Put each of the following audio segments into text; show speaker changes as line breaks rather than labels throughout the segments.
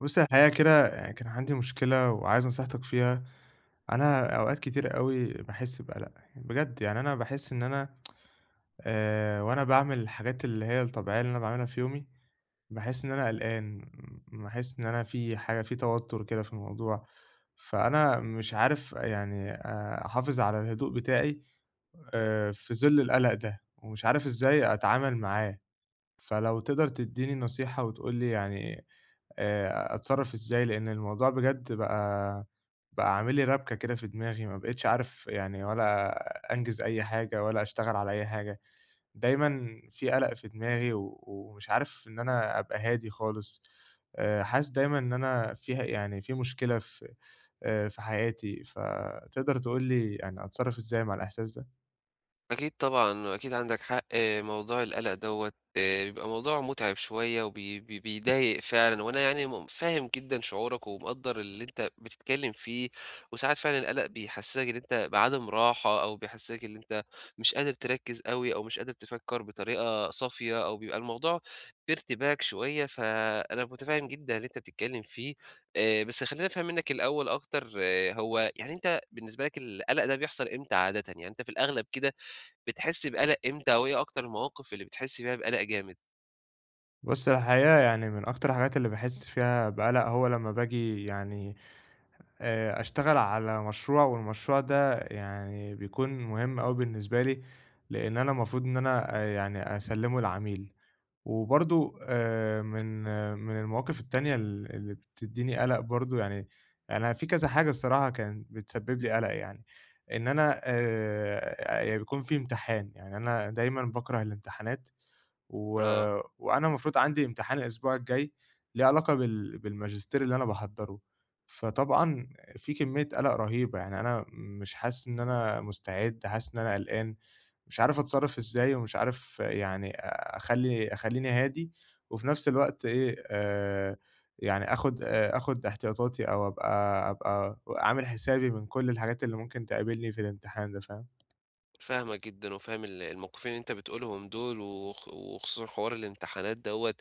بُصّي، الحقيقة كده يعني كان عندي مشكلة وعايز نصيحتك فيها. أنا أوقات كتيرة أوي باحس بقلق، يعني بجد يعني أنا باحس إن أنا وأنا باعمل الحاجات اللي هي الطبيعية اللي أنا باعملها في يومي، باحس إن أنا قلقان، باحس إن أنا في حاجة في توتر كده في الموضوع، فأنا مش عارف يعني أحافظ على الهدوء بتاعي في ظل القلق ده، ومش عارف إزاي أتعامل معاه. فلو تقدر تدّيني نصيحة وتقول لي يعني أتصرّف إزاي، لإن الموضوع بجد بقى عامل لي رَبْكة كده في دماغي، ما بقيتش عارف يعني ولا أنجِز أي حاجة ولا أشتغل على أي حاجة، دايمًا في قَلَق في دماغي و ومش عارف إن أنا أبقى هادي خالص، حاسس دايمًا إن أنا فيها يعني في مشكلة في في حياتي، فتقدر تقول لي يعني أتصرّف إزاي مع الإحساس ده؟
أكيد طبعًا، أكيد عندك حق، آه، موضوع القلق دوّة بيبقى موضوع مُتعب شوية وبي بي بيضايق فعلًا، وأنا يعني فاهم جدًا شعورك ومقدّر اللي أنت بتتكلّم فيه، وساعات فعلًا القلق بيحسّسك إن أنت بعدم راحة أو بيحسّسك إن أنت مش قادر تركّز أوي أو مش قادر تفكّر بطريقة صافية أو بيبقى الموضوع في ارتباك شوية، فأنا مُتفهّم جدًا اللي أنت بتتكلّم فيه. بس خلّيني أفهم منّك الأول أكتر، آه، هو يعني أنت بالنسبة لك القلق ده بيحصل إمتى عادةً؟ يعني أنت في الأغلب كده بتحسّي بقلق إمتى أو إيه أكتر المواقف اللي بتحسّي فيها بقلق جامد؟
بُص، الحقيقة يعني من أكتر الحاجات اللي باحس فيها بقَلَق هو لمّا باجي يعني أشتغل على مشروع، والمشروع ده يعني بيكون مهم أوي بالنسبة لي، لإن أنا المفروض إن أنا يعني أسلّمه لعميل، وبرضه من آه، من المواقف التانية اللي بتدّيني قَلَق برضه يعني أنا في كذا حاجة الصراحة كانت بتسبب لي قَلَق يعني، إن أنا بيكون في امتحان، يعني أنا دايمًا باكره الامتحانات. و
آه،
وأنا المفروض عندي امتحان الأسبوع الجاي ليه علاقة بالماجستير اللي أنا باحضّره، فطبعًا في كمية قَلَق رهيبة، يعني أنا مش حاسس إن أنا مستعد، حاسس إن أنا قلقان، مش عارف أتصرّف إزاي ومش عارف يعني أ أخلّي أخلّيني هادي وفي نفس الوقت إيه، يعني آخُد احتياطاتي أو أبقى عامل حسابي من كل الحاجات اللي ممكن تقابلني في الامتحان ده، فاهم؟
فاهمك جدًا وفاهم الموقفين اللي أنت بتقولهم دول وخصوصًا حوار الامتحانات دوّة.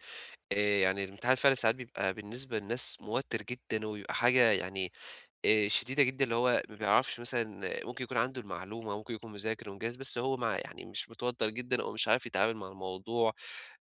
يعني الامتحان فعلًا ساعات بيبقى بالنسبة للناس موتِّر جدًا وبيبقى حاجة يعني شديدة جدًا، اللي هو ما بيعرفش مثلًا آه، ممكن يكون عنده المعلومة، ممكن يكون مذاكر ومجهّز، بس هو مع يعني مش متوتَّر جدًا أو مش عارف يتعامل مع الموضوع.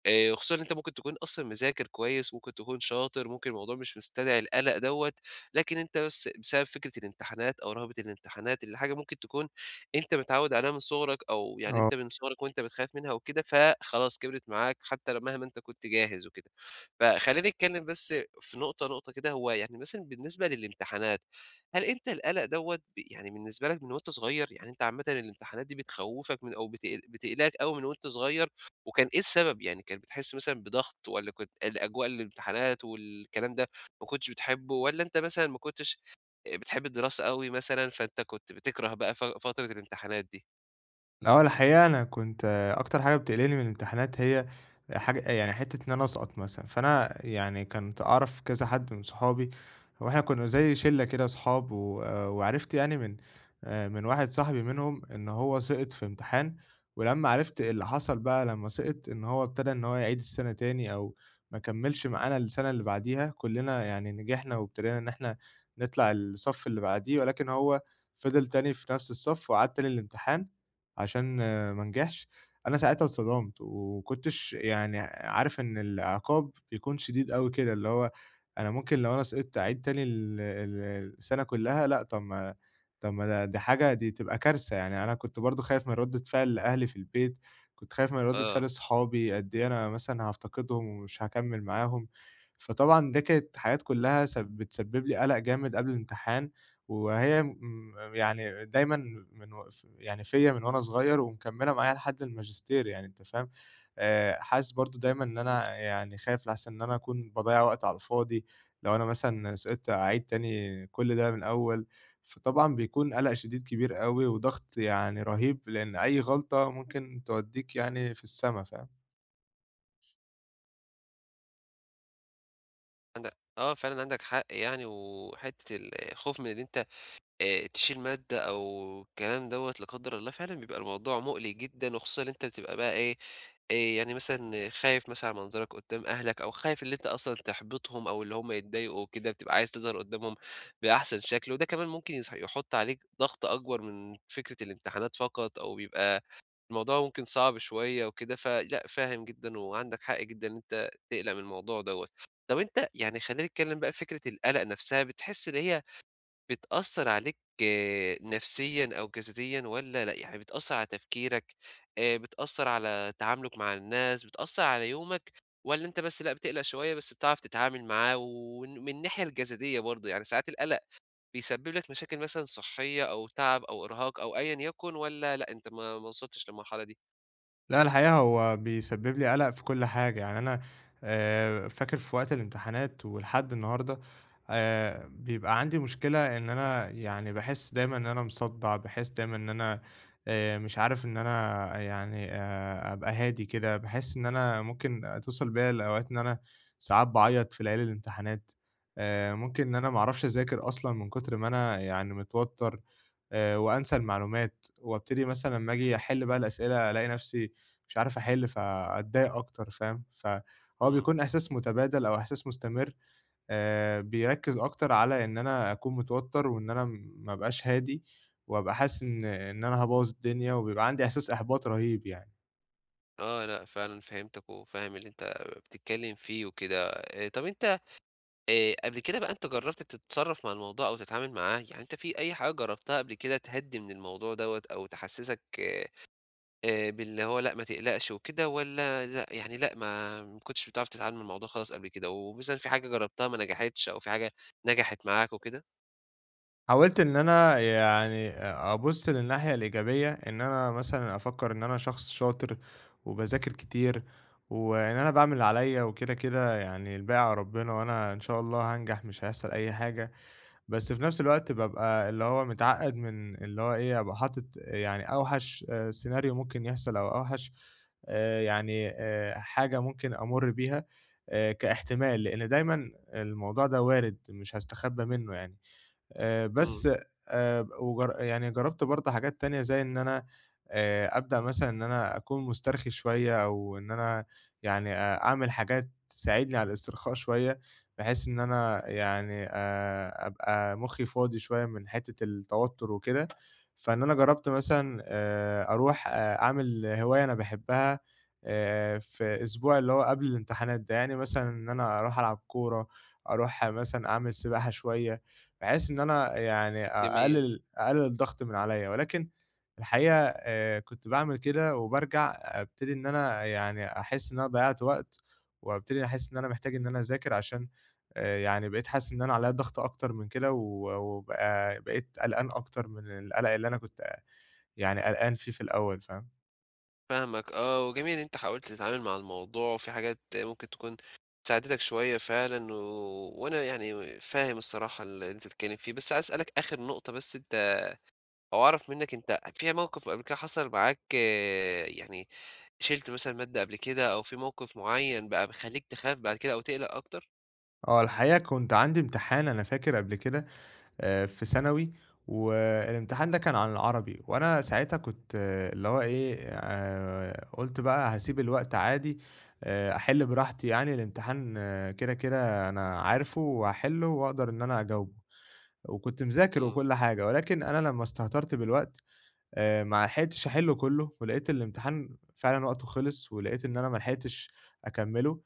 وخصوصًا إن أنت ممكن تكون أصلًا مذاكر كويس، ممكن تكون شاطر، ممكن الموضوع مش مستدعي القلق دوّة، لكن أنت بس بسبب فكرة الامتحانات أو رهبة الامتحانات اللي حاجة ممكن تكون أنت متعوّد عليها من صغرك أو يعني
آه.
أنت من صغرك وأنت بتخاف منها وكده، فخلاص كبرت معاك حتى مهما أنت كنت جاهز وكده. فخلّينا نتكلم بس في نقطة، نقطة كده، هو يعني مثلًا بالنسبة للامتحانات، هل أنت القلق دوّة يعني بالنسبة لك من وأنت صغير؟ يعني أنت عامةً الامتحانات دي بتخوّفك من أو بتقلقك أوي من وأنت صغير؟ وكان إيه السبب؟ يعني كان بتحس مثلًا بضغط والّا كنت الأجواء الامتحانات والكلام ده ما كنتش بتحبه والّا أنت مثلًا ما كنتش بتحب الدراسة أوي مثلًا، فأنت كنت بتكره بقى فترة الامتحانات دي؟
آه، الحقيقة أنا كنت آه، أكتر حاجة بتقلقني من الامتحانات هي حاجة يعني حتة إن أنا أسقط مثلًا، فأنا يعني كنت أعرف كذا حد من صحابي وإحنا كنا زي شلة كده صحاب و آه، وعرفت يعني من من واحد صاحبي منهم إن هو سقط في امتحان، ولمّا عرفت اللي حصل بقى لمّا سقط إن هو ابتدى إن هو يعيد السنة تاني أو ما كمّلش معانا السنة اللي بعديها، كلّنا يعني نجحنا وابتدينا إن إحنا نطلع الصف اللي بعديه، ولكن هو فضل تاني في نفس الصف وعاد تاني الامتحان، عشان آه، ما انجحش، أنا ساعتها اتصدمت، وما كنتش يعني عارف إن العقاب بيكون شديد أوي كده، اللي هو أنا ممكن لو أنا سقطت أعيد تاني ال ال السنة كلّها، لأ طب ما دي حاجة دي تبقى كارثة، يعني أنا كنت برضه خايف من ردة فعل أهلي في البيت، كنت خايف من ردة
آه،
فعل صحابي، قد إيه أنا مثلًا هافتقدهم ومش هاكمّل معاهم، فطبعًا دي كانت حاجات كلّها بتسبب لي قلق جامد قبل الامتحان. وهي يعني دايمًا من و ف يعني فيّا من وأنا صغير ومكمّلة معايا لحد الماجستير يعني أنت فاهم، حاسس برضه دايمًا إن أنا يعني خايف لأحسن إن أنا أكون باضيّع وقت على الفاضي، لو أنا مثلًا سقطت أعيد تاني كل ده من الأول، فطبعًا بيكون قلق شديد كبير أوي وضغط يعني رهيب، لإن أي غلطة ممكن تودّيك يعني في السما، فاهم؟
عندك آه، فعلًا عندك حق يعني، وحتة الخوف من إن أنت تشيل مادة أو الكلام دوّة لا قدر الله، فعلًا بيبقى الموضوع مُقلق جدًا، وخصوصًا إن أنت بتبقى بقى إيه يعني مثلًا خايف مثلًا على منظرك قدّام أهلك أو خايف اللي أنت أصلًا تحبطهم أو اللي هم يتضايقوا وكده، بتبقى عايز تظهر قدّامهم بأحسن شكل، وده كمان ممكن يحُط عليك ضغط أكبر من فكرة الامتحانات فقط أو بيبقى الموضوع ممكن صعب شوية وكده، فلأ فاهم جدًا وعندك حق جدًا إن أنت تقلق من الموضوع دوّة. طَب أنت يعني خلّينا نتكلم بقى فكرة القلق نفسها، بتحس إن هي بتأثّر عليك آه، نفسيًا أو جسديًا والّا لأ، يعني بتأثّر على تفكيرك، بتأثّر على تعاملُك مع الناس، بتأثّر على يومك والّا أنت بس لأ بتقلق شوية بس بتعرف تتعامل معاه، وإن من الناحية الجسدية برضه يعني ساعات القلق بيسبب لك مشاكل مثلًا صحية أو تعب أو إرهاق أو أيًا يكن والّا لأ أنت ما وصلتش للمرحلة دي؟
لأ، الحقيقة هو بيسبب لي قَلَق في كل حاجة، يعني أنا فاكر في وقت الامتحانات ولحد النهارده بيبقى عندي مشكلة إن أنا يعني باحس دايمًا إن أنا مصدَّع، باحس دايمًا إن أنا مش عارف إن أنا يعني أبقى هادي كده، باحس إن أنا ممكن توصل بيّا لأوقات إن أنا ساعات باعيّط في ليالي الامتحانات، ممكن إن أنا ما اعرفش أذاكر أصلًا من كتر ما أنا يعني متوتَّر وأنسى المعلومات وابتدي مثلًا أمّا آجي أحِل بقى الأسئلة ألاقي نَفْسي مش عارف أحِل، فأتضايق أكتر فاهم؟ فهو
إمم،
بيكون إحساس متبادل أو إحساس مستمر بيركّز أكتر على إن أنا أكون متوتر وإن أنا ما أبقاش هادي، وأبقى حاسس إن أنا هابوّظ الدنيا، وبيبقى عندي إحساس إحباط رهيب يعني.
آه لأ فعلًا فهمتك وفاهم اللي أنت بتتكلّم فيه وكده. طَب أنت قبل كده بقى أنت جرّبت تتصرّف مع الموضوع أو تتعامل معاه؟ يعني أنت في أي حاجة جرّبتها قبل كده تهدّي من الموضوع دوّة أو تحسّسك باللي هو لأ ما تقلقش وكده والّا لأ، يعني لأ ما كنتش بتعرف تتعامل مع الموضوع خالص قبل كده، ومثلًا في حاجة جرّبتها ما نجحتش أو في حاجة نجحت معاك وكده؟
حاولت إن أنا يعني أبُص للناحية الإيجابية، إن أنا مثلًا أفكّر إن أنا شخص شاطر وباذاكر كتير، وإن أنا باعمل اللي عليَّ وكده، كده يعني الباقي على ربنا، وأنا إن شاء الله هانجح مش هيحصل أي حاجة. بس في نفس الوقت بابقى اللي هو متعقّد من اللي هو إيه، أبقى حاطط يعني أوحش سيناريو ممكن يحصل أو أوحش حاجة ممكن أمُر بيها كاحتمال، لإن دايمًا الموضوع ده وارد، مش هاستخبى منّه يعني.
إمم،
بس يعني جرّبت برضه حاجات تانية زي إن أنا أبدأ مثلًا إن أنا أكون مُسترخي شوية أو إن أنا يعني أعمل حاجات تساعدني على الاسترخاء شوية، بحيث إن أنا يعني أبقى مُخّي فاضي شوية من حتّة التوتُّر وكده، فإن أنا جرّبت مثلًا أروح أعمل هواية أنا باحبّها في أسبوع اللي هو قبل الامتحانات ده، يعني مثلًا إن أنا أروح ألعب كورة، أروح مثلًا أعمل سباحة شوية بحيث إن أنا يعني
جميل،
أقلل الضغط من عليّا، ولكن الحقيقة كنت باعمل كده وبارجع أبتدي إن أنا يعني أحس إن أنا ضيّعت وقت، وأبتدي أحس إن أنا محتاج إن أنا أذاكر عشان يعني بقيت حاسس إن أنا عليّا ضغط أكتر من كده، و بقيت قلقان أكتر من القلق اللي أنا كنت يعني قلقان فيه في الأول، فاهم؟
فاهمك آه، وجميل إن أنت حاولت تتعامل مع الموضوع وفي حاجات ممكن تكون ساعدتك شوية فعلًا و وأنا يعني فاهم الصراحة اللي أنت بتتكلّم فيه، بس عايز أسألك آخر نقطة بس أنت أو أعرف منّك أنت في موقف قبل كده حصل معاك آه، يعني شِلت مثلًا مادة قبل كده أو في موقف معيّن بقى بيخلّيك تخاف بعد كده أو تقلق أكتر؟
آه، الحقيقة كنت عندي امتحان أنا فاكر قبل كده في ثانوي، والامتحان ده كان عن العربي، وأنا ساعتها كنت آه، اللي هو إيه، قُلت بقى هاسيب الوقت عادي، أحِل براحتي يعني الامتحان آه، كده أنا عارفه وهاحِله وأقدر إن أنا أجاوبه، وكنت مذاكر
إمم.
وكل حاجة، ولكن أنا لمّا استهترت بالوقت ما لحقتش أحلّه كلّه، ولقيت الامتحان فعلًا وقته خلص، ولقيت إن أنا ما لحقتش أكمّله،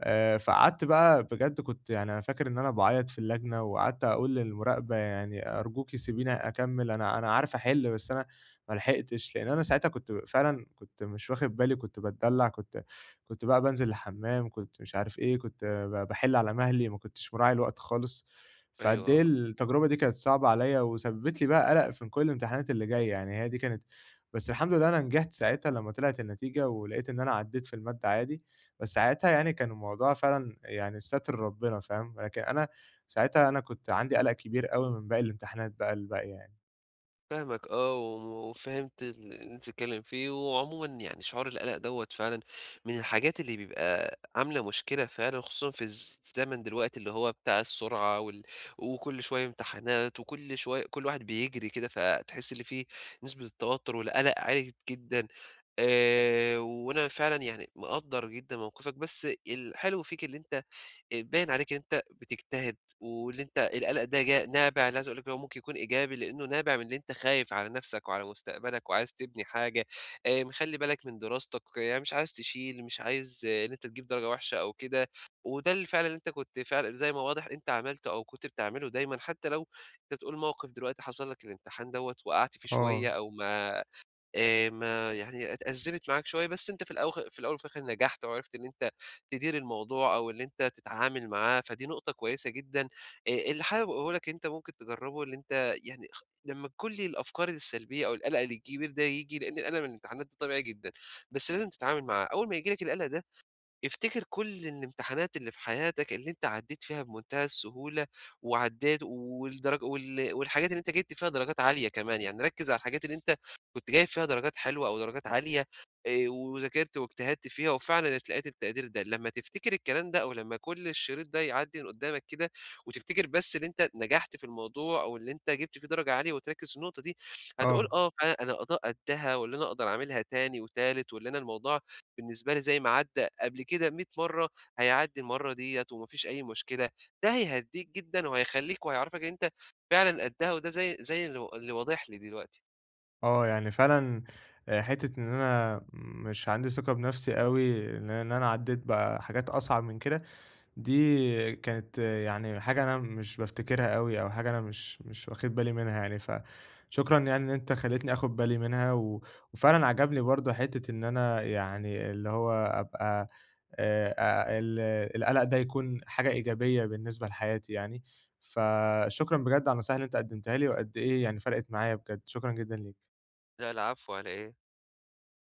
فقعدت بقى بجد كنت يعني أنا فاكر إن أنا باعيّط في اللجنة، وقعدت أقول للمراقبة يعني أرجوكِ سيبيني أكمّل، أنا عارف أحل بس أنا ما لحقتش، لإن أنا ساعتها كنت فعلًا كنت مش واخد بالي، كنت باتدلّع، كنت كنت بقى بانزل الحمّام، كنت مش عارف إيه، كنت باحل على مهلي، ما كنتش مراعي الوقت خالص.
أيوه
فقد إيه
آه.
التجربة دي كانت صعبة عليّا وسببت لي بقى قلق في كل الامتحانات اللي جاية، يعني هي دي كانت بس الحمد لله أنا نجحت ساعتها لمّا طلعت النتيجة ولقيت إن أنا عدّيت في المادة عادي، بس ساعتها يعني كان الموضوع فعلًا يعني ساتر ربنا فاهم، لكن أنا ساعتها أنا كنت عندي قلق كبير أوي من باقي الامتحانات بقى الباقية يعني.
فاهمك آه، و وفهمت اللي أنت بتتكلّم فيه، وعمومًا يعني شعور القلق دوّة فعلًا من الحاجات اللي بيبقى عاملة مشكلة فعلًا، خصوصًا في الزمن دلوقتي اللي هو بتاع السرعة وكل شوية امتحانات وكل شوية كل واحد بيجري كده، فتحس اللي في نسبة التوتر والقلق عالية جدًا. وأنا فعلًا يعني مقدّر جدًا موقفك، بس الحلو فيك اللي أنت باين عليك إن أنت بتجتهد، واللي أنت القلق ده جا نابع أنا عايز أقول لك إن هو ممكن يكون إيجابي، لإنه نابع من اللي أنت خايف على نفسك وعلى مستقبلك وعايز تبني حاجة. مخلّي بالك من دراستك، يعني مش عايز تشيل، مش عايز آه، إن أنت تجيب درجة وحشة أو كده، وده اللي فعلًا اللي أنت كنت فعلًا زي ما واضح أنت عملته أو كنت بتعمله دايمًا، حتى لو أنت بتقول موقف دلوقتي حصل لك الامتحان دوّة وقعت فيه شوية
آه،
أو ما يعني اتأزمت معاك شوية، بس أنت في الأول وفي الآخر نجحت وعرفت إن أنت تدير الموضوع أو إن أنت تتعامل معاه، فدي نقطة كويسة جدًا. اللي حابب أقوله لك أنت ممكن تجرّبه إن أنت يعني لمّا كل الأفكار السلبية أو القلق الكبير ده ييجي، لإن القلق من الامتحانات ده طبيعي جدًا، بس لازم تتعامل معاه. أول ما ييجي لك القلق ده افتكر كل الامتحانات اللي في حياتك اللي أنت عدّيت فيها بمنتهى السهولة، وعدّيت والدرج والحاجات اللي أنت جِبت فيها درجات عالية كمان، يعني ركّز على الحاجات اللي أنت كنت جايب فيها درجات حلوة أو درجات عالية، وذاكرت واجتهدت فيها وفعلًا اتلقيت التقدير ده، لمّا تفتكر الكلام ده أو لمّا كل الشريط ده يعدّي من قدّامك كده، وتفتكر بس اللي أنت نجحت في الموضوع أو اللي أنت جِبت فيه درجة عالية وتركّز في النقطة دي، هتقول
آه.
آه فعلًا أنا قضاء قدّها واللي أنا أقدر أعملها تاني وتالت واللي أنا الموضوع بالنسبة لي زي ما عدّى قبل كده 100 مرّة هيعدّي المرّة ديّة وما فيش أي مشكلة، ده هيهدّيك جدًا وهيخلّيك وهيعرّفك إن أنت فعلًا قدّها وده زي اللي واضح لي دلوقتي.
آه، يعني فعلًا حتّة إن أنا مش عندي ثقة بنفسي أوي، لإن أنا عدّيت بقى حاجات أصعب من كده دي كانت يعني حاجة أنا مش بافتكرها أوي، أو حاجة أنا مش واخد بالي منها يعني، فشكرًا يعني إن أنت خلّيتني آخد بالي منها، وفعلًا عجبني برضه حتّة إن أنا يعني اللي هو أبقى ال القلق ده يكون حاجة إيجابية بالنسبة لحياتي يعني، فشكرًا بجد على النصايح اللي أنت قدّمتها لي، وقد إيه يعني فرقِت معايا بجد، شكرًا جدًا ليك.
لأ العفو على إيه.